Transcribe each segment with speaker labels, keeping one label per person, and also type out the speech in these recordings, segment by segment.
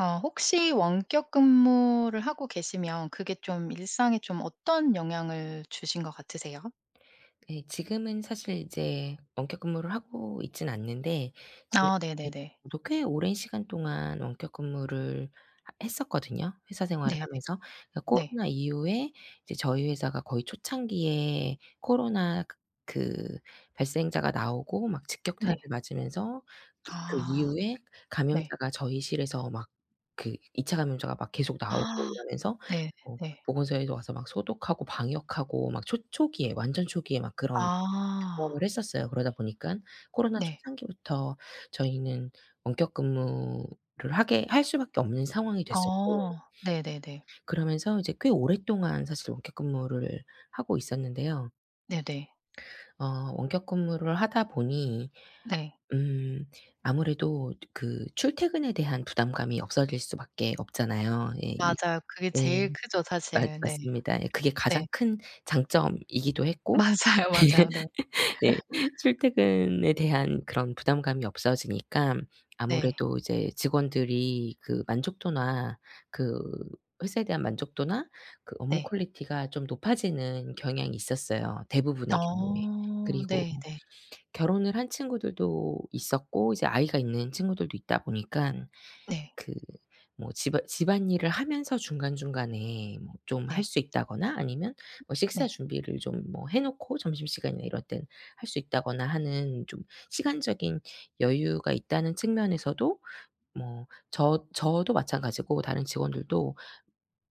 Speaker 1: 어 혹시 원격 근무를 하고 계시면 그게 좀 일상에 좀 어떤 영향을 주신 것 같으세요?
Speaker 2: 네. 지금은 사실 이제 원격 근무를 하고 있진 않는데 저
Speaker 1: 아
Speaker 2: 예.
Speaker 1: 네네네.
Speaker 2: 저도 꽤 오랜 시간 동안 원격 근무를 하 했었거든요, 회사 생활을
Speaker 1: 네네.
Speaker 2: 하면서. 그러니까
Speaker 1: 네.
Speaker 2: 코로나 이후에 이제 저희 회사가 거의 초창기에 코로나 그그 발생자가 나오고 막 직격탄을
Speaker 1: 네.
Speaker 2: 맞으면서 그
Speaker 1: 아
Speaker 2: 이후에
Speaker 1: 네.
Speaker 2: 감염자가 저희 실에서 막 그 2 차 감염자가 막 계속 나오고
Speaker 1: 아
Speaker 2: 이러면서
Speaker 1: 네.
Speaker 2: 어
Speaker 1: 네.
Speaker 2: 보건소에도 와서 막 소독하고 방역하고 막 초 초기에 완전 초기에 막 그런
Speaker 1: 아
Speaker 2: 경험을 했었어요. 그러다 보니까 코로나
Speaker 1: 네.
Speaker 2: 초창기부터 저희는 원격 근무를 하게 할 수밖에 없는 상황이 됐었고
Speaker 1: 어 네네네.
Speaker 2: 그러면서 이제 꽤 오랫동안 사실 원격 근무를 하고 있었는데요.
Speaker 1: 네네.
Speaker 2: 어 원격 근무를 하다 보니
Speaker 1: 네.
Speaker 2: 음 아무래도 그 출퇴근에 대한 부담감이 없어질 수밖에 없잖아요. 예. 이
Speaker 1: 맞아요. 그게
Speaker 2: 예.
Speaker 1: 제일 크죠
Speaker 2: 맞
Speaker 1: 사실. 네.
Speaker 2: 맞습니다. 예, 그게 가장
Speaker 1: 네.
Speaker 2: 큰 장점이기도 했고
Speaker 1: 맞아요, 맞아요. 네.
Speaker 2: 예, 출퇴근에 대한 그런 부담감이 없어지니까
Speaker 1: 네.
Speaker 2: 아무래도 이제 직원들이 그 만족도나 그 회사에 대한 만족도나 그 업무
Speaker 1: 네.
Speaker 2: 퀄리티가 좀 높아지는 경향이 있었어요, 대부분의 경우에.
Speaker 1: 어
Speaker 2: 그리고
Speaker 1: 네네.
Speaker 2: 결혼을 한 친구들도 있었고 이제 아이가 있는 친구들도 있다 보니깐
Speaker 1: 네.
Speaker 2: 그 뭐 집안일을 하면서 중간중간에 뭐 좀 할
Speaker 1: 네.
Speaker 2: 수 있다거나 아니면 뭐 식사
Speaker 1: 네.
Speaker 2: 준비를 좀 뭐 해 놓고 점심시간이나 이럴 땐 할 수 있다거나 하는 좀 시간적인 여유가 있다는 측면에서도 뭐 저도 마찬가지고 다른 직원들도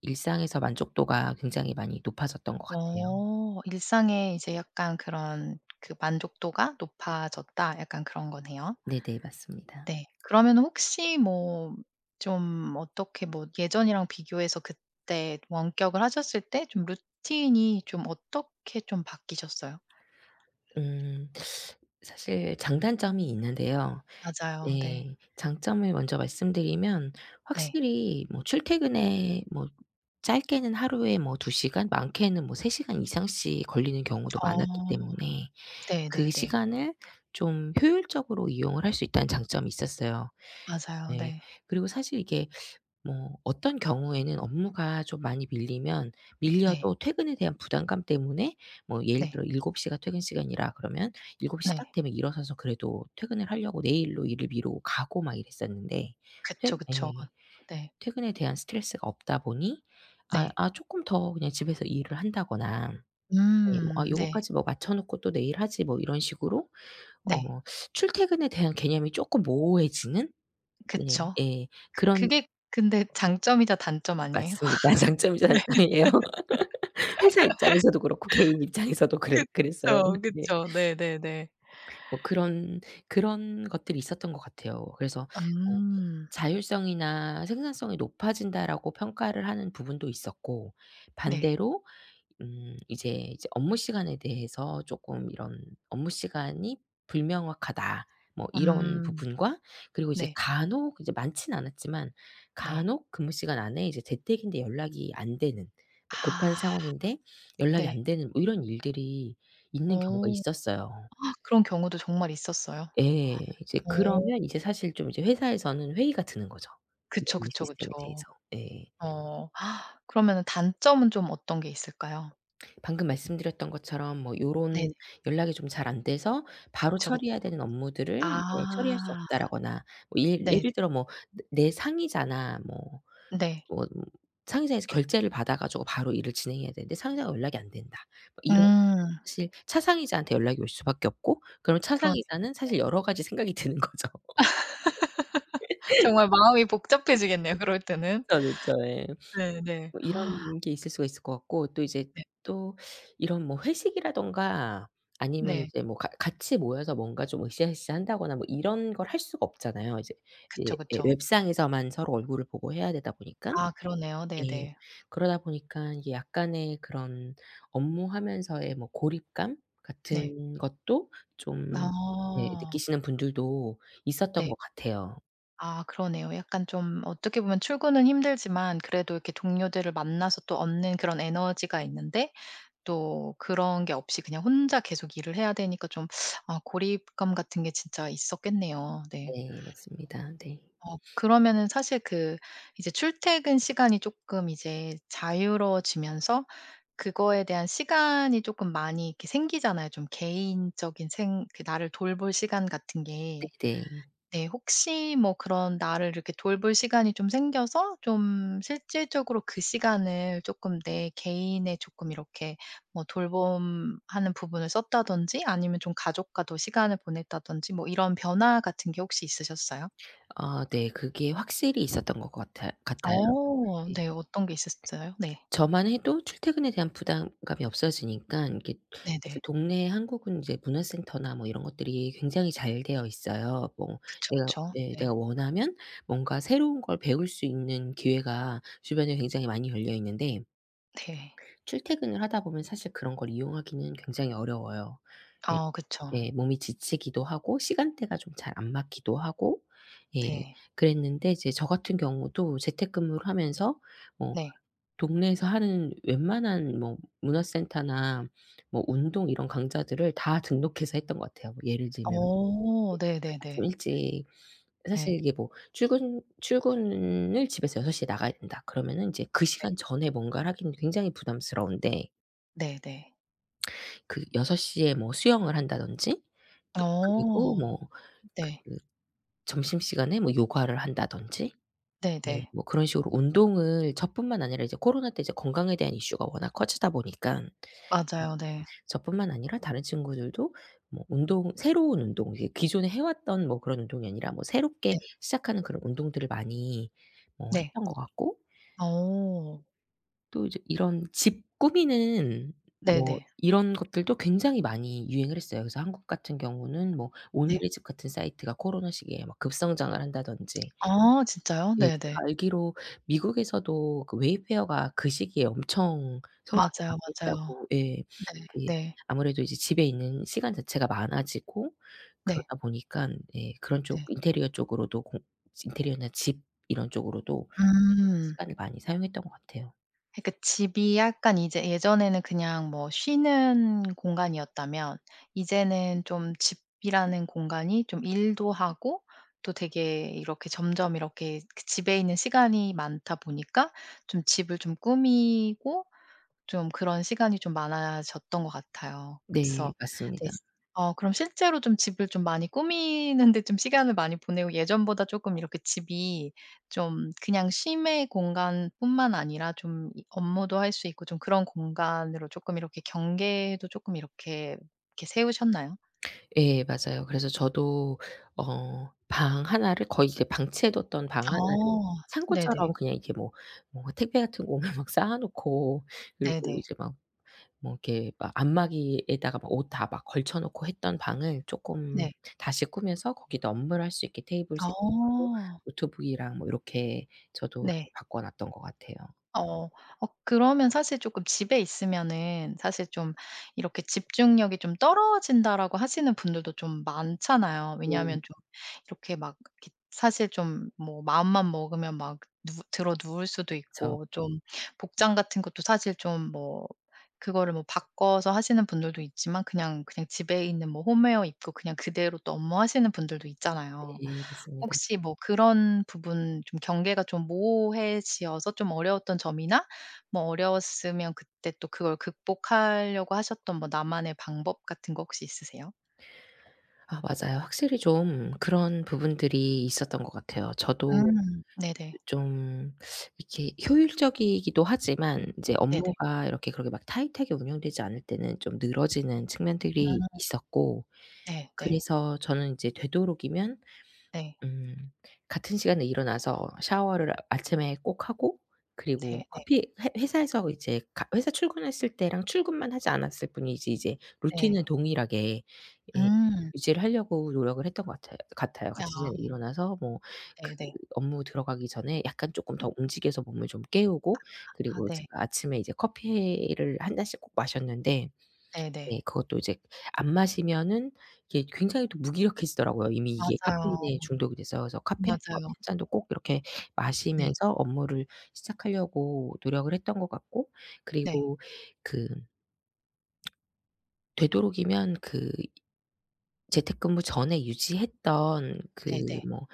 Speaker 2: 일상에서 만족도가 굉장히 많이 높아졌던 것 같아요.
Speaker 1: 어. 일상에 이제 약간 그런 그 만족도가 높아졌다 약간 그런 거네요.
Speaker 2: 네네. 맞습니다.
Speaker 1: 네. 그러면 혹시 뭐 좀 어떻게 뭐 예전이랑 비교해서 그때 원격을 하셨을 때 좀 루틴이 좀 어떻게 좀 바뀌셨어요?
Speaker 2: 음 사실 장단점이 있는데요.
Speaker 1: 맞아요. 네.
Speaker 2: 네. 장점을 먼저 말씀드리면
Speaker 1: 네.
Speaker 2: 확실히 뭐 출퇴근에 뭐 짧게는 하루에 뭐 2 시간 많게는 뭐 3 시간 이상씩 걸리는 경우도 많았기
Speaker 1: 어.
Speaker 2: 때문에 그
Speaker 1: 네네네.
Speaker 2: 시간을 좀 효율적으로 이용을 할 수 있다는 장점이 있었어요.
Speaker 1: 맞아요.
Speaker 2: 예.
Speaker 1: 네.
Speaker 2: 그리고 사실 이게 뭐 어떤 경우에는 업무가 좀 많이 밀리면
Speaker 1: 네.
Speaker 2: 밀려도 퇴근에 대한 부담감 때문에 뭐 예를
Speaker 1: 네.
Speaker 2: 들어 7 시가 퇴근 시간이라 그러면 7시 딱
Speaker 1: 네.
Speaker 2: 되면 일어서서 그래도 퇴근을 하려고 내일로 일을 미루고 가고 막 이랬었는데 퇴
Speaker 1: 그쵸, 그쵸.
Speaker 2: 예.
Speaker 1: 네.
Speaker 2: 퇴근에 대한 스트레스가 없다 보니
Speaker 1: 네.
Speaker 2: 쪼끔 더 그냥 집에서 일을 한다거나 예, 뭐 '아
Speaker 1: 음. 네.
Speaker 2: 요거까지 뭐 맞춰 놓고 또 내일 하지.' 뭐 이런 식으로
Speaker 1: 네.
Speaker 2: 어 출퇴근에 대한 개념이 쪼끔 모호해지는, 네
Speaker 1: 그쵸.
Speaker 2: 예. 그런
Speaker 1: 그게 근데 장점이자 단점 아니에요?
Speaker 2: 맞습니다. 장점이
Speaker 1: 네.
Speaker 2: 장점이에요. 회사 입장에서도 그렇고 개인 입장에서도 그랬어요.
Speaker 1: 그쵸,
Speaker 2: 네.
Speaker 1: 그쵸. 네네네.
Speaker 2: 뭐 그런 것들이 있었던 것 같아요. 그래서 뭐
Speaker 1: 음.
Speaker 2: 자율성이나 생산성이 높아진다라고 평가를 하는 부분도 있었고
Speaker 1: 네.
Speaker 2: 반대로 이제 업무 시간에 대해서 조금 이런 업무 시간이 불명확하다 뭐 이런
Speaker 1: 음.
Speaker 2: 부분과 그리고 이제
Speaker 1: 네.
Speaker 2: 간혹 이제 많지는 않았지만
Speaker 1: 네.
Speaker 2: 간혹 근무 시간 안에 이제 재택인데 연락이 안 되는 뭐 급한
Speaker 1: 아
Speaker 2: 상황인데 연락이
Speaker 1: 네.
Speaker 2: 안 되는 뭐 이런 일들이 있는 경우가
Speaker 1: 어.
Speaker 2: 있었어요.
Speaker 1: 그런 경우도 정말 있었어요?
Speaker 2: 예. 이제
Speaker 1: 어.
Speaker 2: 그러면 이제 사실 좀 이제 회사에서는 회의가 드는 거죠. 이
Speaker 1: 그쵸,
Speaker 2: 업무
Speaker 1: 그쵸,
Speaker 2: 시스템에
Speaker 1: 그쵸.
Speaker 2: 대해서. 예.
Speaker 1: 어. 그러면은 단점은 좀 어떤 게 있을까요?
Speaker 2: 방금 말씀드렸던 것처럼 뭐
Speaker 1: 네네.
Speaker 2: 요런 연락이 좀 잘 안 돼서 바로
Speaker 1: 그쵸, 그쵸.
Speaker 2: 처리해야 되는 업무들을 이제 처리할 수
Speaker 1: 아.
Speaker 2: 없다라거나 뭐 예,
Speaker 1: 네네.
Speaker 2: 예를 들어 뭐 내 상의자나 뭐
Speaker 1: 네.
Speaker 2: 뭐 상의자에서 결제를 받아 가지고 바로 일을 진행해야 되는데 상의자가 연락이 안 된다. 뭐
Speaker 1: 음.
Speaker 2: 이런, 사실 차상의자한테 연락이 올 수밖에 없고 그러면
Speaker 1: 그러네요.
Speaker 2: 차상의자는 사실
Speaker 1: 네.
Speaker 2: 여러 가지 생각이 드는 거죠.
Speaker 1: 정말 마음이 복잡해지겠네요, 그럴 때는.
Speaker 2: 그쵸, 그쵸. 예.
Speaker 1: 네네. 네.
Speaker 2: 뭐 이런 게 있을 수가 있을 것 같고 또 이제
Speaker 1: 네.
Speaker 2: 또 이런 뭐 회식이라든가 아니면
Speaker 1: 네.
Speaker 2: 이제 뭐 가 같이 모여서 뭔가 좀 으쌰으쌰 한다거나 뭐 이런 걸 할 수가 없잖아요. 이제 예
Speaker 1: 그쵸,
Speaker 2: 예,
Speaker 1: 그쵸.
Speaker 2: 웹상에서만 서로 얼굴을 보고 해야 되다 보니까.
Speaker 1: 아 그러네요.
Speaker 2: 예.
Speaker 1: 네네.
Speaker 2: 그러다 보니까 이게 약간의 그런 업무하면서의 뭐 고립감
Speaker 1: 네.
Speaker 2: 같은 것도 좀, 예,
Speaker 1: 아
Speaker 2: 느끼시는 분들도 있었던
Speaker 1: 네.
Speaker 2: 것 같아요.
Speaker 1: 아 그러네요. 약간 좀 어떻게 보면 출근은 힘들지만 그래도 이렇게 동료들을 만나서 또 얻는 그런 에너지가 있는데 또 그런 게 없이 그냥 혼자 계속 일을 해야 되니까 좀 아 고립감 같은 게 진짜 있었겠네요. 네.
Speaker 2: 네 맞습니다. 네.
Speaker 1: 어 그러면은 사실 그 이제 출퇴근 시간이 쪼끔 이제 자유로워지면서 그거에 대한 시간이 쪼끔 많이 이렇게 생기잖아요. 좀 개인적인 생 그 나를 돌볼 시간 같은 게.
Speaker 2: 네네.
Speaker 1: 네. 혹시 뭐 그런 나를 이렇게 돌볼 시간이 좀 생겨서 좀 실질적으로 그 시간을 조금 내 개인에 조금 이렇게 뭐 돌봄하는 부분을 썼다든지 아니면 좀 가족과 더 시간을 보냈다든지 뭐 이런 변화 같은 게 혹시 있으셨어요?
Speaker 2: 아 네. 그게 확실히 있었던 것 같아요.
Speaker 1: 어
Speaker 2: 예.
Speaker 1: 네. 어떤 게 있었어요? 네.
Speaker 2: 저만 해도 출퇴근에 대한 부담감이 없어지니까 이게
Speaker 1: 네네.
Speaker 2: 사실 동네, 한국은 인제 문화센터나 뭐 이런 것들이 굉장히 잘 되어 있어요. 뭐
Speaker 1: 그쵸, 그쵸. 네.
Speaker 2: 내가 원하면 뭔가 새로운 걸 배울 수 있는 기회가 주변에 굉장히 많이 열려 있는데
Speaker 1: 네.
Speaker 2: 출퇴근을 하다 보면 사실 그런 걸 이용하기는 굉장히 어려워요. 예.
Speaker 1: 아 그쵸.
Speaker 2: 예. 몸이 지치기도 하고 시간대가 좀 잘 안 맞기도 하고, 예.
Speaker 1: 네.
Speaker 2: 그랬는데 이제 저 같은 경우도 재택근무를 하면서 뭐
Speaker 1: 네.
Speaker 2: 동네에서 하는 웬만한 뭐 문화센터나 뭐 운동 이런 강좌들을 다 등록해서 했던 것 같아요. 뭐 예를 들면,
Speaker 1: 어
Speaker 2: 예, 아침
Speaker 1: 네네네.
Speaker 2: 일찍 사실
Speaker 1: 네.
Speaker 2: 이게 뭐 "출근을 집에서 6 시에 나가야 된다." 그러면은 인제 그
Speaker 1: 네.
Speaker 2: 시간 전에 뭔가를 하기는 굉장히 부담스러운데
Speaker 1: 네네.
Speaker 2: 그여섯 시에 뭐 수영을 한다든지 예, 그리고
Speaker 1: 어.
Speaker 2: 뭐
Speaker 1: 네.
Speaker 2: 그 점심시간에 뭐 요가를 한다든지 예,
Speaker 1: 네네.
Speaker 2: 뭐 그런 식으로 운동을, 저뿐만 아니라 이제 코로나 때 이제 건강에 대한 이슈가 워낙 커지다 보니까
Speaker 1: 맞아요. 네.
Speaker 2: 저뿐만 아니라 다른 친구들도 뭐 운동 새로운 운동, 이게 기존에 해 왔던 뭐 그런 운동이 아니라 뭐
Speaker 1: 네.
Speaker 2: 새롭게 시작하는 그런 운동들을 많이 뭐
Speaker 1: 네.
Speaker 2: 했던 것 같고,
Speaker 1: 어.
Speaker 2: 또 이제 이런 집 꾸미는 뭐
Speaker 1: 네네.
Speaker 2: 이런 것들도 굉장히 많이 유행을 했어요. 그래서 한국 같은 경우는 뭐
Speaker 1: 네.
Speaker 2: 오늘의 집 같은 사이트가 코로나 시기에 막 급성장을 한다든지,
Speaker 1: 아 진짜요?
Speaker 2: 예 제가
Speaker 1: 네네.
Speaker 2: 알기로 미국에서도 그 웨이페어가 그 시기에 엄청 성장을
Speaker 1: 맞아요,
Speaker 2: 많이
Speaker 1: 맞아요.
Speaker 2: 했다고. 예.
Speaker 1: 네.
Speaker 2: 예.
Speaker 1: 네.
Speaker 2: 아무래도 이제 집에 있는 시간 자체가 많아지고
Speaker 1: 네.
Speaker 2: 그러다 보니깐 예, 그런 쪽
Speaker 1: 네.
Speaker 2: 인테리어 쪽으로도 공 인테리어나 집 이런 쪽으로도
Speaker 1: 음.
Speaker 2: 시간을 많이 사용했던 것 같아요.
Speaker 1: 그러니까 집이 약간 이제 예전에는 그냥 뭐 쉬는 공간이었다면 이제는 좀 집이라는 공간이 좀 일도 하고 또 되게 이렇게 점점 이렇게 그 집에 있는 시간이 많다 보니까 좀 집을 좀 꾸미고 좀 그런 시간이 좀 많아졌던 것 같아요.
Speaker 2: 네
Speaker 1: 그래서 이제
Speaker 2: 맞습니다.
Speaker 1: 시 어 그럼 실제로 좀 집을 좀 많이 꾸미는 데 좀 시간을 많이 보내고 예전보다 쪼끔 이렇게 집이 좀 그냥 쉼의 공간뿐만 아니라 좀 이 업무도 할 수 있고 좀 그런 공간으로 쪼끔 이렇게 경계도 쪼끔 이렇게, 이렇게 세우셨나요?
Speaker 2: 예 맞아요. 그래서 저도 어방나를 거의 이제 방치해 뒀던 방 하나를
Speaker 1: 어. 네네.
Speaker 2: 창고처럼 그냥 이게 뭐 택배 같은 거 오면 막 쌓아 놓고 그리고
Speaker 1: 네네.
Speaker 2: 이제 막 뭐 이렇게 막 안마기에다가 옷 다 막 걸쳐 놓고 했던 방을 조금
Speaker 1: 네.
Speaker 2: 다시 꾸면서 거기다 업무를 할 수 있게 테이블 세팅하고
Speaker 1: 어.
Speaker 2: 노트북이랑 뭐 이렇게 저도 이렇게
Speaker 1: 네.
Speaker 2: 바꿔 놨던 것 같아요.
Speaker 1: 어. 어 그러면 사실 조금 집에 있으면은 사실 좀 이렇게 "집중력이 좀 떨어진다."라고 하시는 분들도 좀 많잖아요.
Speaker 2: 예.
Speaker 1: 왜냐하면 좀 이렇게 막 이렇게 사실 좀 뭐 마음만 먹으면 막 누 들어 누울 수도 있고
Speaker 2: 그
Speaker 1: 좀 복장 같은 것도 사실 좀 뭐 그거를 뭐 바꿔서 하시는 분들도 있지만 그냥 집에 있는 뭐 홈웨어 입고 그냥 그대로 또 업무하시는 분들도 있잖아요.
Speaker 2: 네 맞습니다.
Speaker 1: 혹시 뭐 그런 부분 좀 경계가 좀 모호해지어서 좀 어려웠던 점이나 뭐 어려웠으면 그때 또 그걸 극복하려고 하셨던 뭐 나만의 방법 같은 거 혹시 있으세요?
Speaker 2: 아 맞아요. 확실히 좀 그런 부분들이 있었던 것 같아요. 저도
Speaker 1: 음. 네네.
Speaker 2: 좀 이렇게 효율적이기도 하지만 이제
Speaker 1: 네네.
Speaker 2: 업무가 이렇게 그렇게 막 타이트하게 운영되지 않을 때는 좀 늘어지는 측면들이
Speaker 1: 음.
Speaker 2: 있었고,
Speaker 1: 네 네.
Speaker 2: 그래서 저는 이제 되도록이면
Speaker 1: 네.
Speaker 2: 음. 같은 시간에 일어나서 샤워를 아침에 꼭 하고 그리고
Speaker 1: 네 네
Speaker 2: 커피 회 회사에서 이제 가 회사 출근했을 때랑 출근만 하지 않았을 뿐이지 이제 루틴은
Speaker 1: 네.
Speaker 2: 동일하게 예,
Speaker 1: 음.
Speaker 2: 유지를 하려고 노력을 했던 것 같아요. 같은 시간에
Speaker 1: 아
Speaker 2: 일어나서 뭐 그
Speaker 1: 네네.
Speaker 2: 업무 들어가기 전에 약간 쪼끔 더 움직여서 몸을 좀 깨우고
Speaker 1: 아
Speaker 2: 그리고
Speaker 1: 네.
Speaker 2: 제가 아침에 이제 커피를 한 잔씩 꼭 마셨는데, 네.
Speaker 1: 네네.
Speaker 2: 그것도 이제 안 마시면은 이게 굉장히 또 무기력해지더라고요. 이미 이게
Speaker 1: 맞아요.
Speaker 2: 카페인에 중독이 돼서, 그래서 카페 커피
Speaker 1: 맞아요.
Speaker 2: 한 잔도 꼭 이렇게
Speaker 1: 네.
Speaker 2: 마시면서 업무를 시작하려고 노력을 했던 것 같고,
Speaker 1: 네.
Speaker 2: 그리고 그 되도록이면 재택근무 전에 유지했던 그
Speaker 1: 네네.
Speaker 2: 뭐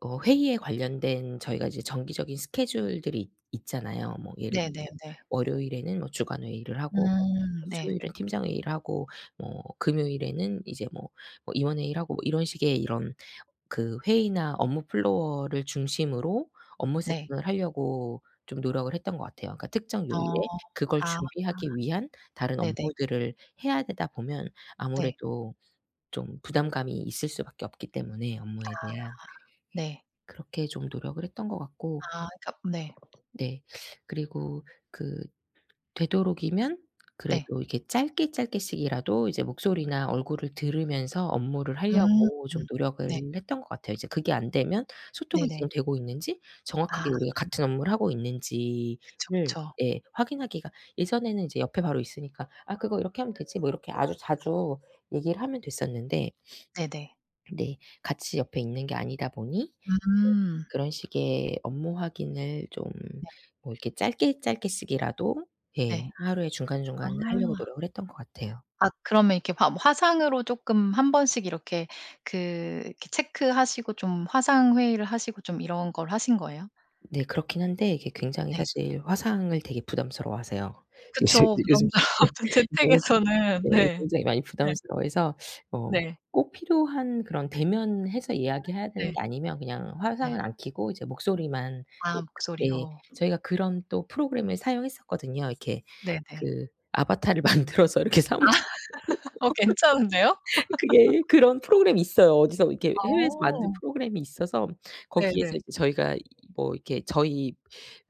Speaker 2: 회의에 관련된 저희가 이제 정기적인 스케줄들이 있 있잖아요. 뭐 예를 들면
Speaker 1: 네네네.
Speaker 2: 월요일에는 뭐 주간 회의를 하고 뭐
Speaker 1: 음.
Speaker 2: 수요
Speaker 1: 네.
Speaker 2: 일은 팀장 회의를 하고 뭐 금요일에는 이제 뭐 임원 회의를 하고 뭐 이런 식의 이런 그 회의나 업무 플로어를 중심으로 업무
Speaker 1: 네.
Speaker 2: 세팅을 하려고 좀 노력을 했던 것 같아요. 그러니까 특정 요일에
Speaker 1: 어.
Speaker 2: 그걸
Speaker 1: 아
Speaker 2: 준비하기 위한 다른
Speaker 1: 네네. 네.
Speaker 2: 업무들을 해야 되다 보면
Speaker 1: 네.
Speaker 2: 아무래도 좀 부담감이 있을 수밖에 없기 때문에, 업무에
Speaker 1: 아
Speaker 2: 대한. 네.
Speaker 1: 네.
Speaker 2: 그렇게 좀 노력을 했던 것 같고
Speaker 1: 아 그러니까 네.
Speaker 2: 네. 그리고 그 되도록이면
Speaker 1: 네.
Speaker 2: 그래도 이게 짧게 짧게씩이라도 이제 목소리나 얼굴을 들으면서 업무를
Speaker 1: 음.
Speaker 2: 하려고 좀
Speaker 1: 음. 네.
Speaker 2: 노력을 했던 것 같아요. 이제 그게 안 되면 소통이
Speaker 1: 네네.
Speaker 2: 지금 되고 있는지, 정확하게
Speaker 1: 아
Speaker 2: 우리가 같은 업무를 하고
Speaker 1: 그쵸,
Speaker 2: 있는지를
Speaker 1: 그쵸.
Speaker 2: 예 확인하기가, 예전에는 이제 옆에 바로 있으니까 '아, 그거 이렇게 하면 되지.' 뭐 이렇게 아주 자주 얘기를 하면 됐었는데
Speaker 1: 네네.
Speaker 2: 네, 같이 옆에 있는 게 아니다 보니
Speaker 1: 음.
Speaker 2: 그런 식의 업무 확인을 좀
Speaker 1: 네.
Speaker 2: 뭐 이렇게 짧게 짧게 쓰기라도 예,
Speaker 1: 네.
Speaker 2: 하루에
Speaker 1: 아.
Speaker 2: 중간중간 하려고 노력을 했던 것 같아요.
Speaker 1: 아 그러면 이렇게 화 화상으로 쪼끔 한 번씩 이렇게 그 이렇게 체크하시고 좀 화상 회의를 하시고 좀 이런 걸 하신 거예요?
Speaker 2: 네 그렇긴 한데 이게 굉장히
Speaker 1: 네.
Speaker 2: 사실 화상을 되게 부담스러워하세요. 요즘
Speaker 1: 그쵸.
Speaker 2: 요즘 좀
Speaker 1: 부담스러워하죠 재택에서는.
Speaker 2: 네.
Speaker 1: 네.
Speaker 2: 굉장히 많이
Speaker 1: 네.
Speaker 2: 부담스러워해서 어
Speaker 1: 네.
Speaker 2: 꼭 필요한 그런 대면해서 이야기해야 되는
Speaker 1: 네.
Speaker 2: 게 아니면 그냥
Speaker 1: 네.
Speaker 2: 화상은 안 켜고 이제 목소리만
Speaker 1: 아
Speaker 2: 이제 예,
Speaker 1: 목소리로.
Speaker 2: 저희가 그런 또 프로그램을 사용했었거든요. 이렇게
Speaker 1: 네네.
Speaker 2: 아바타를 만들어서 이렇게 사무실에 해
Speaker 1: 어
Speaker 2: 놓고.
Speaker 1: 괜찮은데요?
Speaker 2: 그게, 그런 프로그램이 있어요. 어디서 이렇게 해외에서 만든
Speaker 1: 어.
Speaker 2: 프로그램이 있어서 거기에서
Speaker 1: 네네.
Speaker 2: 이제 저희가 이 뭐 이렇게 저희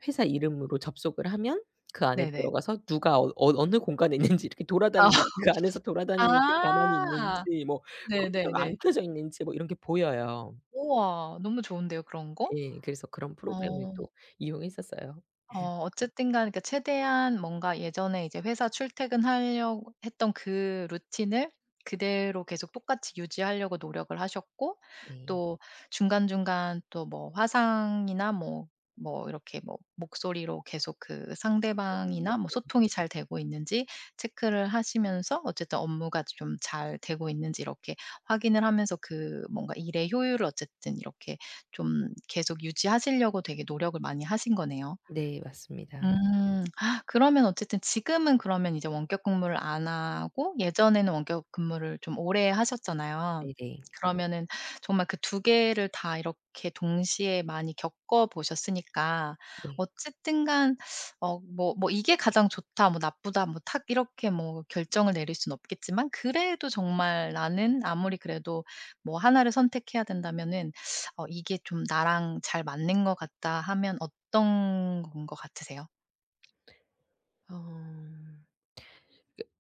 Speaker 2: 회사 이름으로 접속을 하면 그 안에
Speaker 1: 네네.
Speaker 2: 들어가서 누가 어느 공간에 있는지, 이렇게
Speaker 1: 아.
Speaker 2: 돌아다니는, 그 안에서 돌아다니는지 가만히
Speaker 1: 아.
Speaker 2: 있는지 뭐 컴퓨터가
Speaker 1: 네네네.
Speaker 2: 안 켜져 있는지 뭐 이런 게 보여요.
Speaker 1: 우와. 너무 좋은데요 그런 거?
Speaker 2: 예. 그래서 그런 프로그램을
Speaker 1: 어.
Speaker 2: 또 이용했었어요.
Speaker 1: 어 어쨌든 간에 그러니까 최대한 뭔가 예전에 이제 회사 출퇴근하려 했던 그 루틴을 그대로 계속 똑같이 유지하려고 노력을 하셨고
Speaker 2: 네.
Speaker 1: 또 중간중간 또 뭐 화상이나 뭐 뭐 이렇게 뭐 목소리로 계속 그 상대방이나 뭐
Speaker 2: 네.
Speaker 1: 소통이 잘 되고 있는지 체크를 하시면서 어쨌든 업무가 좀 잘 되고 있는지 이렇게 확인을 하면서 그 뭔가 일의 효율을 어쨌든 이렇게 좀 계속 유지하시려고 되게 노력을 많이 하신 거네요.
Speaker 2: 네 맞습니다.
Speaker 1: 음. 그러면 어쨌든 지금은 그러면 이제 원격 근무를 안 하고 예전에는 원격 근무를 좀 오래 하셨잖아요.
Speaker 2: 네네.
Speaker 1: 그러면은 정말 그 두 개를 다 이렇게 동시에 많이 겪어 보셨으니까
Speaker 2: 네.
Speaker 1: 어쨌든 간 어 뭐 뭐 '이게 가장 좋다.' 뭐 '나쁘다.' 뭐 탁 이렇게 뭐 결정을 내릴 수는 없겠지만 그래도 정말 나는 아무리 그래도 뭐 하나를 선택해야 된다면은 어 '이게 좀 나랑 잘 맞는 것 같다.' 하면 어떤 건 것 같으세요?
Speaker 2: 어.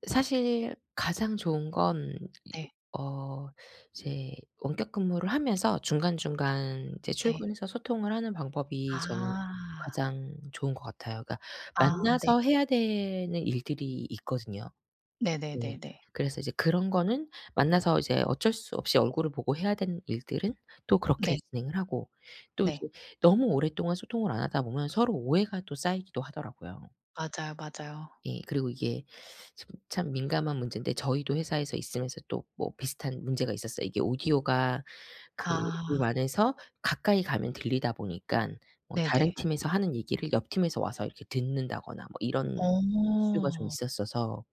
Speaker 2: 사실 가장 좋은 건 이
Speaker 1: 네.
Speaker 2: 어 이제 원격 근무를 하면서 중간중간 이제
Speaker 1: 네.
Speaker 2: 출근해서 소통을 하는 방법이 저는
Speaker 1: 아.
Speaker 2: 가장 좋은 것 같아요. 그러니까
Speaker 1: 아
Speaker 2: 만나서
Speaker 1: 네네.
Speaker 2: 해야 되는 일들이 있거든요. 네.
Speaker 1: 네네네네.
Speaker 2: 그래서 이제 그런 거는, 만나서 이제 어쩔 수 없이 얼굴을 보고 해야 되는 일들은 또 그렇게
Speaker 1: 네.
Speaker 2: 진행을 하고, 또 이제
Speaker 1: 네.
Speaker 2: 너무 오랫동안 소통을 안 하다 보면 서로 오해가 또 쌓이기도 하더라고요.
Speaker 1: 맞아요, 맞아요.
Speaker 2: 예. 그리고 이게 지금 참 민감한 문제인데 저희도 회사에서 있으면서 또 뭐 비슷한 문제가 있었어요. 이게 오디오가 그 룸
Speaker 1: 아
Speaker 2: 안에서 가까이 가면 들리다 보니깐 뭐 다른
Speaker 1: 네네.
Speaker 2: 팀에서 하는 얘기를 옆 팀에서 와서 이렇게 듣는다거나 뭐 이런 이슈가 좀
Speaker 1: 어.
Speaker 2: 있었어서,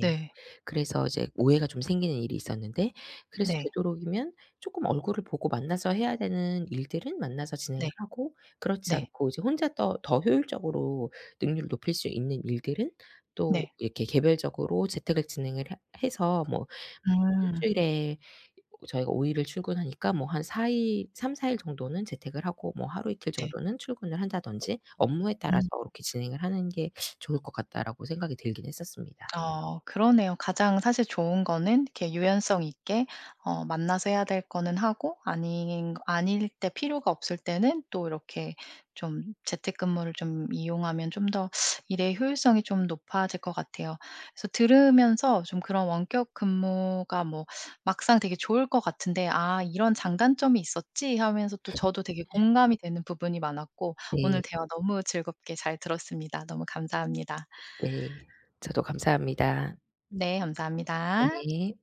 Speaker 2: 예,
Speaker 1: 네.
Speaker 2: 그래서 이제 오해가 좀 생기는 일이 있었는데, 그래서
Speaker 1: 네.
Speaker 2: 되도록이면 쪼끔 얼굴을 보고 만나서 해야 되는 일들은 만나서
Speaker 1: 네.
Speaker 2: 진행을 하고, 그렇지
Speaker 1: 네.
Speaker 2: 않고 이제 혼자 더 효율적으로 능률을 높일 수 있는 일들은 또
Speaker 1: 네.
Speaker 2: 이렇게 개별적으로 재택을 진행을 해 해서 뭐 일
Speaker 1: 음.
Speaker 2: 주일에 저희가 5 일을 출근하니까 뭐 한 사일3-4일 정도는 재택을 하고 뭐 하루 이틀
Speaker 1: 네.
Speaker 2: 정도는 출근을 한다든지 업무에
Speaker 1: 음.
Speaker 2: 따라서 그렇게 진행을 하는 게 좋을 것 같다라고 생각이 들긴 했었습니다.
Speaker 1: 어 그러네요. 가장 사실 좋은 거는 이렇게 유연성 있게 어 만나서 해야 될 거는 하고 아닌 아닐 때 필요가 없을 때는 또 이렇게 좀 재택근무를 좀 이용하면 좀 더 일의 효율성이 좀 높아질 것 같아요. 그래서 들으면서 좀 그런 원격 근무가 뭐 막상 되게 좋을 것 같은데 '아 이런 장단점이 있었지.' 하면서 또 저도 되게 공감이 되는 부분이 많았고 오늘
Speaker 2: 네.
Speaker 1: 대화 너무 즐겁게 잘 들었습니다. 너무 감사합니다.
Speaker 2: 네. 저도 감사합니다.
Speaker 1: 네, 감사합니다.
Speaker 2: 네.